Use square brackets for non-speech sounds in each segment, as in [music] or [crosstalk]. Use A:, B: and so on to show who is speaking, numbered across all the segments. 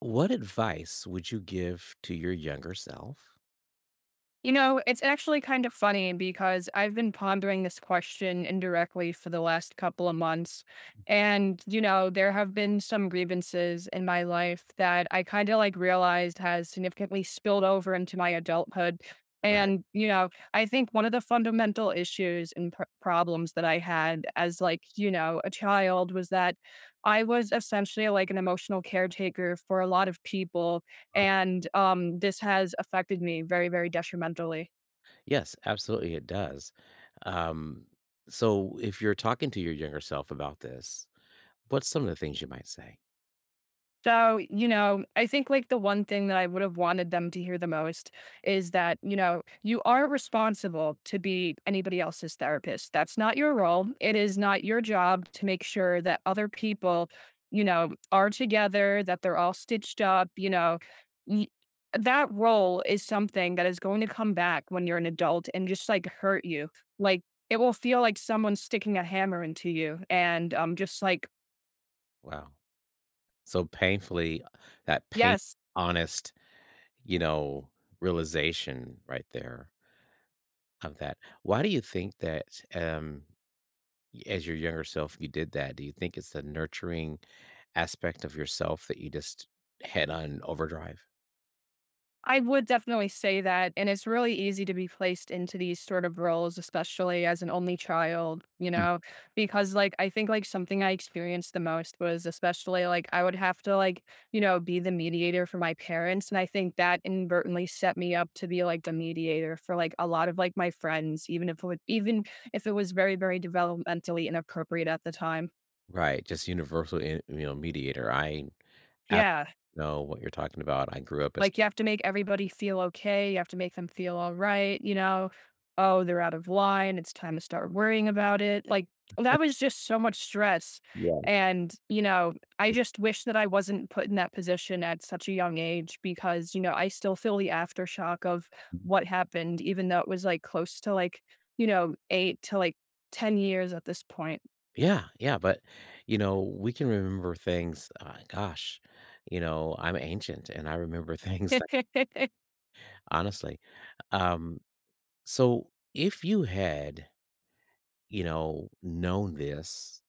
A: What advice would you give to your younger self?
B: You know, it's actually kind of funny because I've been pondering this question indirectly for the last couple of months. And there have been some grievances in my life that I kind of like realized has significantly spilled over into my adulthood.
A: Right.
B: And I think one of the fundamental issues and problems that I had as like, you know, a child was that I was essentially like an emotional caretaker for a lot of people and this has affected me very, very detrimentally.
A: Yes, absolutely, it does. Um, so, if you're talking to your younger self about this, what's some of the things you might say?
B: So, you know, I think like the one thing that I would have wanted them to hear the most is that, you know, you are responsible to be anybody else's therapist. That's not your role. It is not your job to make sure that other people, you know, are together, that they're all stitched up, Y- That role is something that is going to come back when you're an adult and just like hurt you. Like it will feel like someone's sticking a hammer into you and just like,
A: Wow, so painfully, that pain,
B: yes,
A: honest, you know, realization right there of that. Why do you think that, um, as your younger self, you did that? Do you think it's the nurturing aspect of yourself that you just head on overdrive?
B: I would definitely say that. And it's really easy to be placed into these sort of roles, especially as an only child, you know, because like I think like something I experienced the most was especially like I would have to like, you know, be the mediator for my parents. And I think that inadvertently set me up to be like the mediator for like a lot of like my friends, even if it would, even if it was very, very developmentally inappropriate at the time.
A: Right, just universal in, you know, mediator. I ab
B: Yeah.
A: know what you're talking about. I grew up as.
B: Like, you have to make everybody feel okay, you have to make them feel all right, you know? "Oh, they're out of line, it's time to start worrying about it." Like, that was just so much stress,
A: Yeah.
B: and, you know, I
A: [laughs] it
B: just wish that I wasn't put in that position at such a young age because, you know, I still feel the aftershock of what happened even though it was, like, close to, like, you know, 8 to, like, 10 years at this point.
A: Yeah, yeah, but, you know, we can remember things, gosh, you know, I'm ancient, and I remember [laughs] things that,
B: [laughs]
A: honestly. Um, so if you had, you know, known this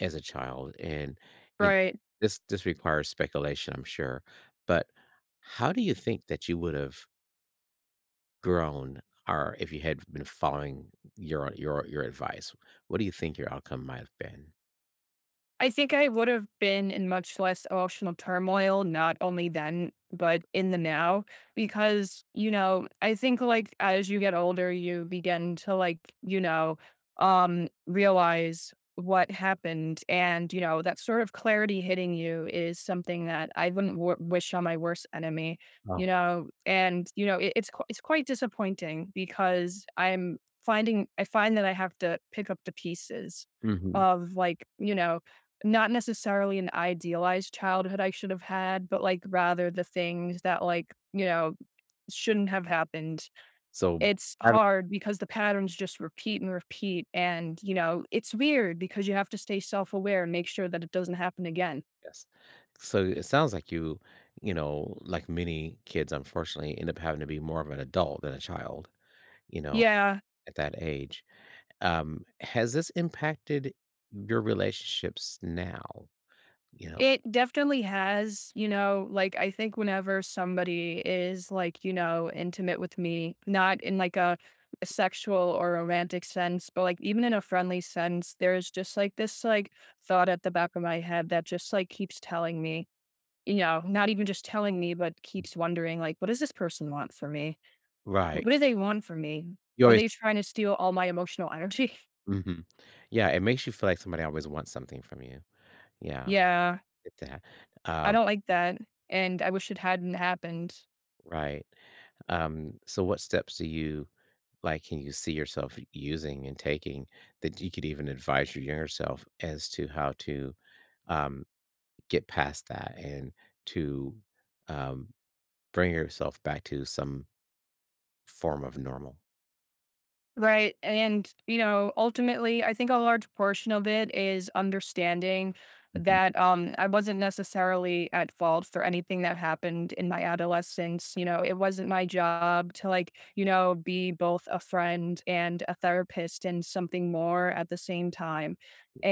A: as a child and, you know,
B: Right.
A: this requires speculation, I'm sure, but how do you think that you would've grown, or if you had been following your advice, what do you think your outcome might have been?
B: I think I would have been in much less emotional turmoil, not only then, but in the now, because, you know, I think like as you get older, you begin to like, you know, realize what happened. And, you know, that sort of clarity hitting you is something that I wouldn't wish on my worst enemy, you
A: Oh.
B: know, and, you know, it's quite disappointing because I find that I have to pick up the pieces
A: Mhm.
B: of like, you know, not necessarily an idealized childhood I should have had, but, like, rather the things that, like, you know, shouldn't have happened.
A: So,
B: It's
A: having,
B: hard because the patterns just repeat and repeat, and, you know, it's weird because you have to stay self-aware and make sure that it doesn't happen again.
A: yes. So, it sounds like you know, like many kids, unfortunately, end up having to be more of an adult than a child, you know,
B: Yeah,
A: at that age. Has this impacted your relationships now, you know?
B: it definitely has, you know, like, I think whenever somebody is, like, you know, intimate with me, not in, like, a sexual or romantic sense, but, like, even in a friendly sense, there's just, like, this, like, thought at the back of my head that just, like, keeps telling me, you know, not even just telling me, but keeps wondering, like, "What does this person want from me? What
A: Right.
B: do they want from me?
A: You
B: Are
A: always
B: they trying to steal all my emotional energy?" [laughs]
A: mhm. Yeah, it makes you feel like somebody always wants something from you. Yeah.
B: Yeah,
A: Get that.
B: I
A: Um,
B: don't like that, and I wish it hadn't happened.
A: right. So what steps do you, like, can you see yourself using and taking that you could even advise your younger self as to how to, um, get past that and to, um, bring yourself back to some form of normal?
B: Right. And, you know, ultimately, I think a large portion of it is understanding
A: Mhm.
B: that I wasn't necessarily at fault for anything that happened in my adolescence. You know, it wasn't my job to like, you know, be both a friend and a therapist and something more at the same time.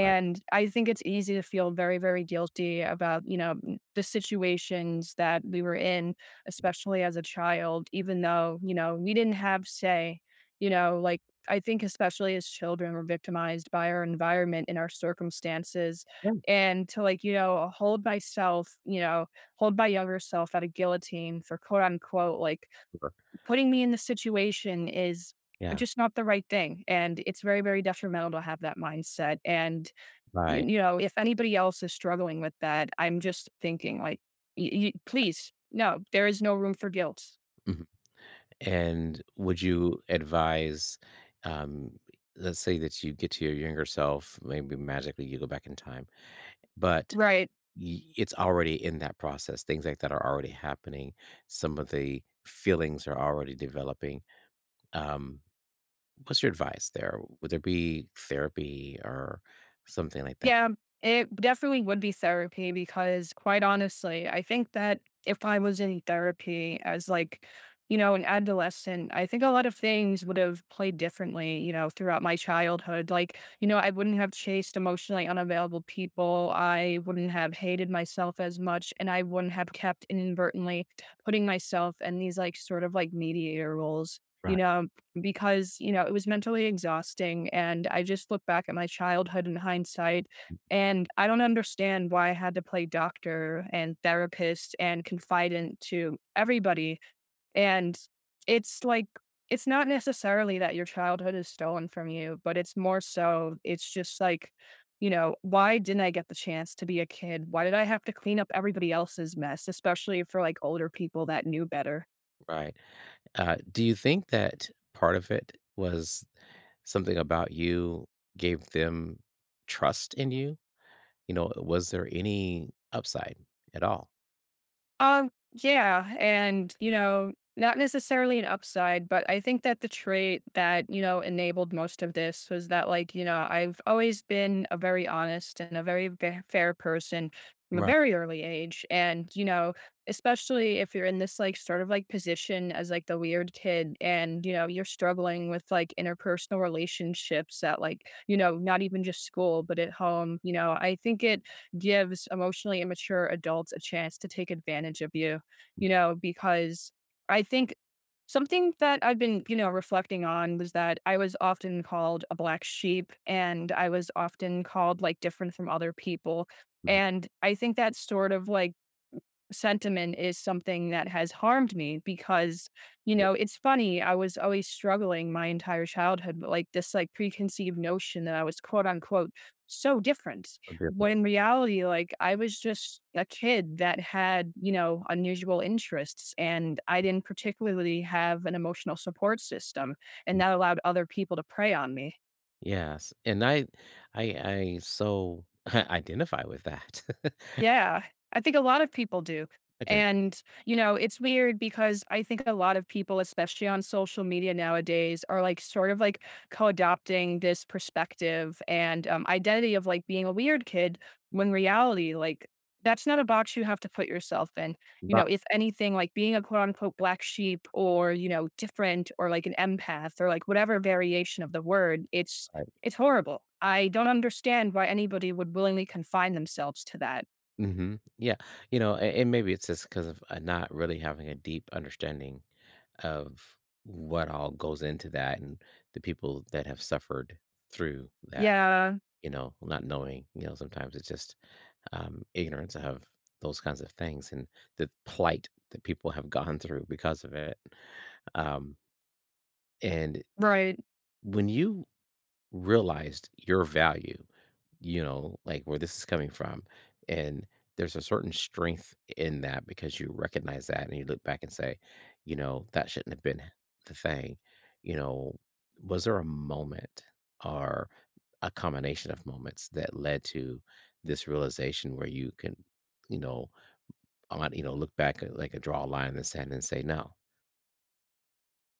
A: Right.
B: I think it's easy to feel very, very guilty about, you know, the situations that we were in, especially as a child, even though, you know, we didn't have say you know, like, I think especially as children, we're victimized by our environment and our circumstances.
A: Yeah.
B: And to, like, you know, hold myself, you know, hold my younger self at a guillotine for quote unquote, like,
A: Sure.
B: putting me in the situation is
A: Yeah.
B: just not the right thing. And it's very, very detrimental to have that mindset. And,
A: Right.
B: you know, if anybody else is struggling with that, I'm just thinking, like, please, no, there is no room for guilt.
A: Mhm. And would you advise, um, let's say that you get to your younger self, maybe magically you go back in time, but
B: Right.
A: it's already in that process. Things like that are already happening. Some of the feelings are already developing. Um, what's your advice there? Would there be therapy or something like that?
B: Yeah, it definitely would be therapy because quite honestly, I think that if I was in therapy as like, you know, an adolescent, I think a lot of things would have played differently, you know, throughout my childhood. Like, you know, I wouldn't have chased emotionally unavailable people. I wouldn't have hated myself as much. And I wouldn't have kept inadvertently putting myself in these like sort of like mediator roles, you
A: Right,
B: know, because you know it was mentally exhausting and I just look back at my childhood in hindsight and I don't understand why I had to play doctor and therapist and confidant to everybody. And it's like, it's not necessarily that your childhood is stolen from you, but it's more so, it's just like, you know, why didn't I get the chance to be a kid? Why did I have to clean up everybody else's mess, especially for like older people that knew better?
A: right. Do you think that part of it was something about you gave them trust in you? You know, was there any upside at all?
B: Yeah, and you know, not necessarily an upside, but I think that the trait that, you know, enabled most of this was that like, you know, I've always been a very honest and a very fair person from a
A: Right.
B: very early age. And, you know, especially if you're in this like sort of like position as like the weird kid and, you know, you're struggling with like interpersonal relationships at like, you know, not even just school, but at home, you know, I think it gives emotionally immature adults a chance to take advantage of you, you know, because I think something that I've been, you know, reflecting on was that I was often called a black sheep and I was often called like different from other people.
A: Mhm.
B: And I think that sort of like sentiment is something that has harmed me because you
A: Yeah,
B: know it's funny I was always struggling my entire childhood but like this like preconceived notion that I was quote unquote so different
A: a bit.
B: when in reality like I was just a kid that had you know unusual interests and I didn't particularly have an emotional support system and that allowed other people to prey on me.
A: Yes, and I I so [laughs] identify with that. [laughs]
B: Yeah, I think a lot of people do.
A: Imagine.
B: And, you know, it's weird because I think a lot of people, especially on social media nowadays, are like sort of like co adopting this perspective and identity of like being a weird kid when reality, like, that's not a box you have to put yourself in. You know, if anything, like being a quote unquote black sheep or, you know, different or like an empath or like whatever variation of the word,
A: Right.
B: it's horrible. I don't understand why anybody would willingly confine themselves to that.
A: Mhm. Yeah, you know, a and maybe it's just because of, not really having a deep understanding of what all goes into that and the people that have suffered through that,
B: Yeah,
A: you know, not knowing, you know, sometimes it's just, ignorance of those kinds of things and the plight that people have gone through because of it. Um, and
B: right.
A: when you realized your value, you know, like where this is coming from. And there's a certain strength in that because you recognize that and you look back and say, you know, that shouldn't have been the thing. You know, was there a moment or a combination of moments that led to this realization where you can, you know, on, you know, look back at, like, a draw a line in the sand and say no,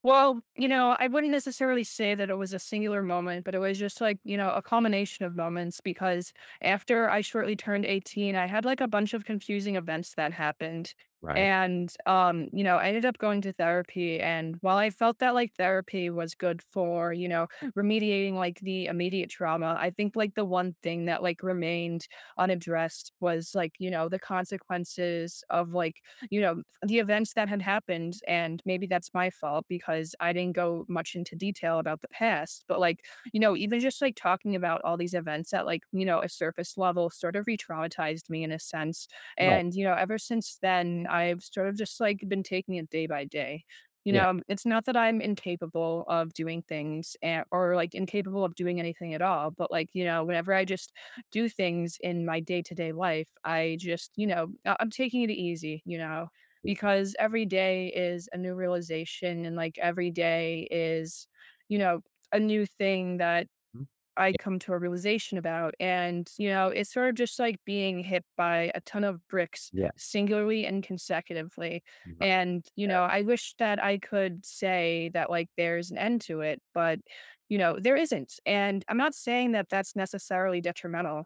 B: Well, you know, I wouldn't necessarily say that it was a singular moment, but it was just like, you know, a combination of moments because after I shortly turned 18, I had like a bunch of confusing events that happened.
A: right?
B: And you know, I ended up going to therapy and while I felt that like therapy was good for, you know, remediating like the immediate trauma, I think like the one thing that like remained unaddressed was like, you know, the consequences of like you know the events that had happened and maybe that's my fault because I didn't go much into detail about the past, but, like, you know, even just, like, talking about all these events that, like, you know, a surface level sort of re-traumatized me in a sense,
A: Right.
B: and, you know, ever since then, I've sort of just, like, been taking it day by day. You
A: Yeah.
B: know, it's not that I'm incapable of doing things and or, like, incapable of doing anything at all, but, like, you know, whenever I just do things in my day-to-day life, I just, you know, I'm taking it easy, you know? Because every day is a new realization and like every day is, you know, a new thing that
A: Mhm.
B: I
A: Yeah,
B: come to a realization about. And, you know, it's sort of just like being hit by a ton of bricks
A: yeah.
B: singularly and consecutively. And, you know, I wish that I could say that like there's an end to it, but, you know, there isn't. And I'm not saying that that's necessarily detrimental.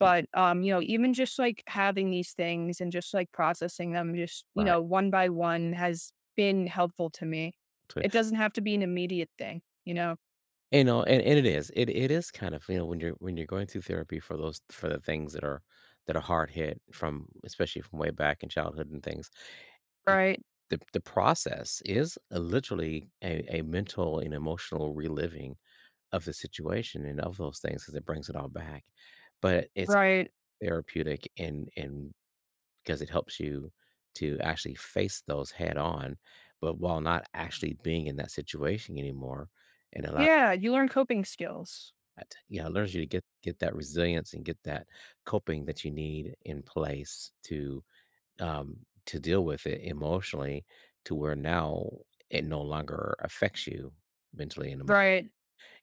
A: Mhm.
B: you know, even just, like, having these things and just, like, processing them just, you
A: Right.
B: know, one by one has been helpful to me. It doesn't have to be an immediate thing, you know?
A: You know, and it is. It is kind of, you know, when you're going through therapy for those, for the things that are hard hit from, especially from way back in childhood and things. it-
B: Right,
A: The process is a literally a mental and emotional reliving of the situation and of those things because it brings it all back. But it's
B: right.
A: therapeutic, and because it helps you to actually face those head on, but while not actually being in that situation anymore, and allow
B: Yeah, you learn coping skills.
A: that, you know, it learns you to get that resilience and get that coping that you need in place to, um, to deal with it emotionally, to where now it no longer affects you mentally and emotionally.
B: Right.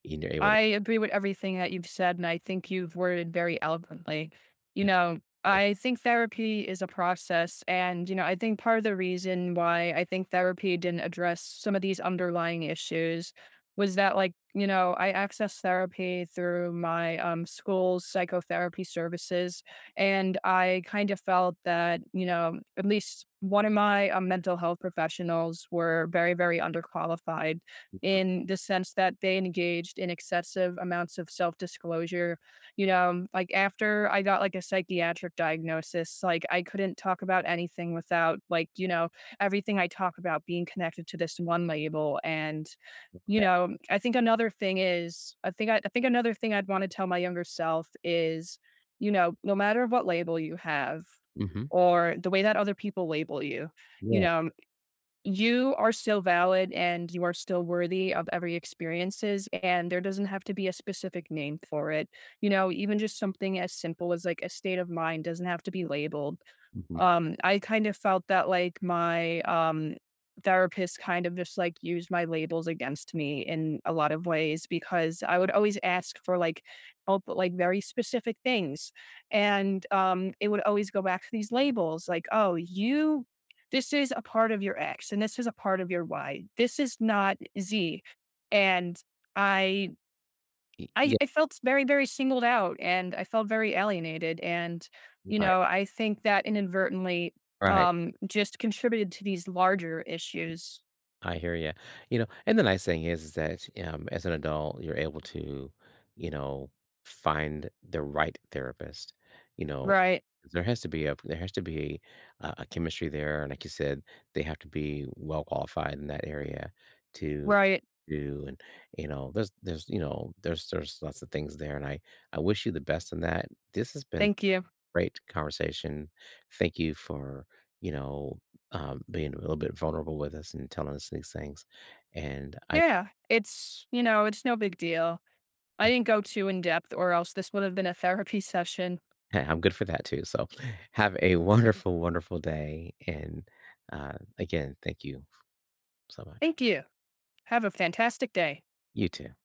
A: And you're able to.
B: I agree with everything that you've said, and I think you've worded very eloquently. You
A: Yeah,
B: know,
A: like,
B: I think therapy is a process. And, you know, I think part of the reason why I think therapy didn't address some of these underlying issues was that, like, you know, I accessed therapy through my school's psychotherapy services. And I kind of felt that, you know, at least one of my mental health professionals were very, very underqualified in the sense that they engaged in excessive amounts of self-disclosure. You know, like, after I got, like, a psychiatric diagnosis, like, I couldn't talk about anything without, like, you know, everything I talk about being connected to this one label, and, you know, I think another thing is I think another thing I'd wanna tell my younger self is, you know, no matter what label you have
A: hmm
B: or the way that other people label you, you
A: yeah,
B: know you are still valid and you are still worthy of every experiences and there doesn't have to be a specific name for it you know even just something as simple as like a state of mind doesn't have to be labeled.
A: hmm
B: I kind of felt that, like, my, therapist kind of just, like, used my labels against me in a lot of ways because I would always ask for, like, help with, like, very specific things, and, it would always go back to these labels, like, "Oh, you this is a part of your X, and this is a part of your Y. This is not Z." And I I
A: yeah,
B: I felt very, very singled out, and I felt very alienated, and, you
A: right,
B: know, I think that inadvertently,
A: right.
B: just contributed to these larger issues.
A: I hear you. You know, and the nice thing is that as an adult, you're able to, you know, find the right therapist. You know,
B: Right,
A: there has to be a chemistry there, and like you said, they have to be well qualified in that area to
B: right,
A: do. And you know, there's you know there's lots of things there, and I wish you the best in that. This has been
B: thank you.
A: great conversation. Thank you for, you know, being a little bit vulnerable with us and telling us these things. And I,
B: Yeah, it's you know, it's no big deal. I didn't go too in depth or else this would have been a therapy session.
A: [laughs] I'm good for that too. So have a wonderful, wonderful day. And again, thank you so much.
B: Thank you. Have a fantastic day.
A: You too.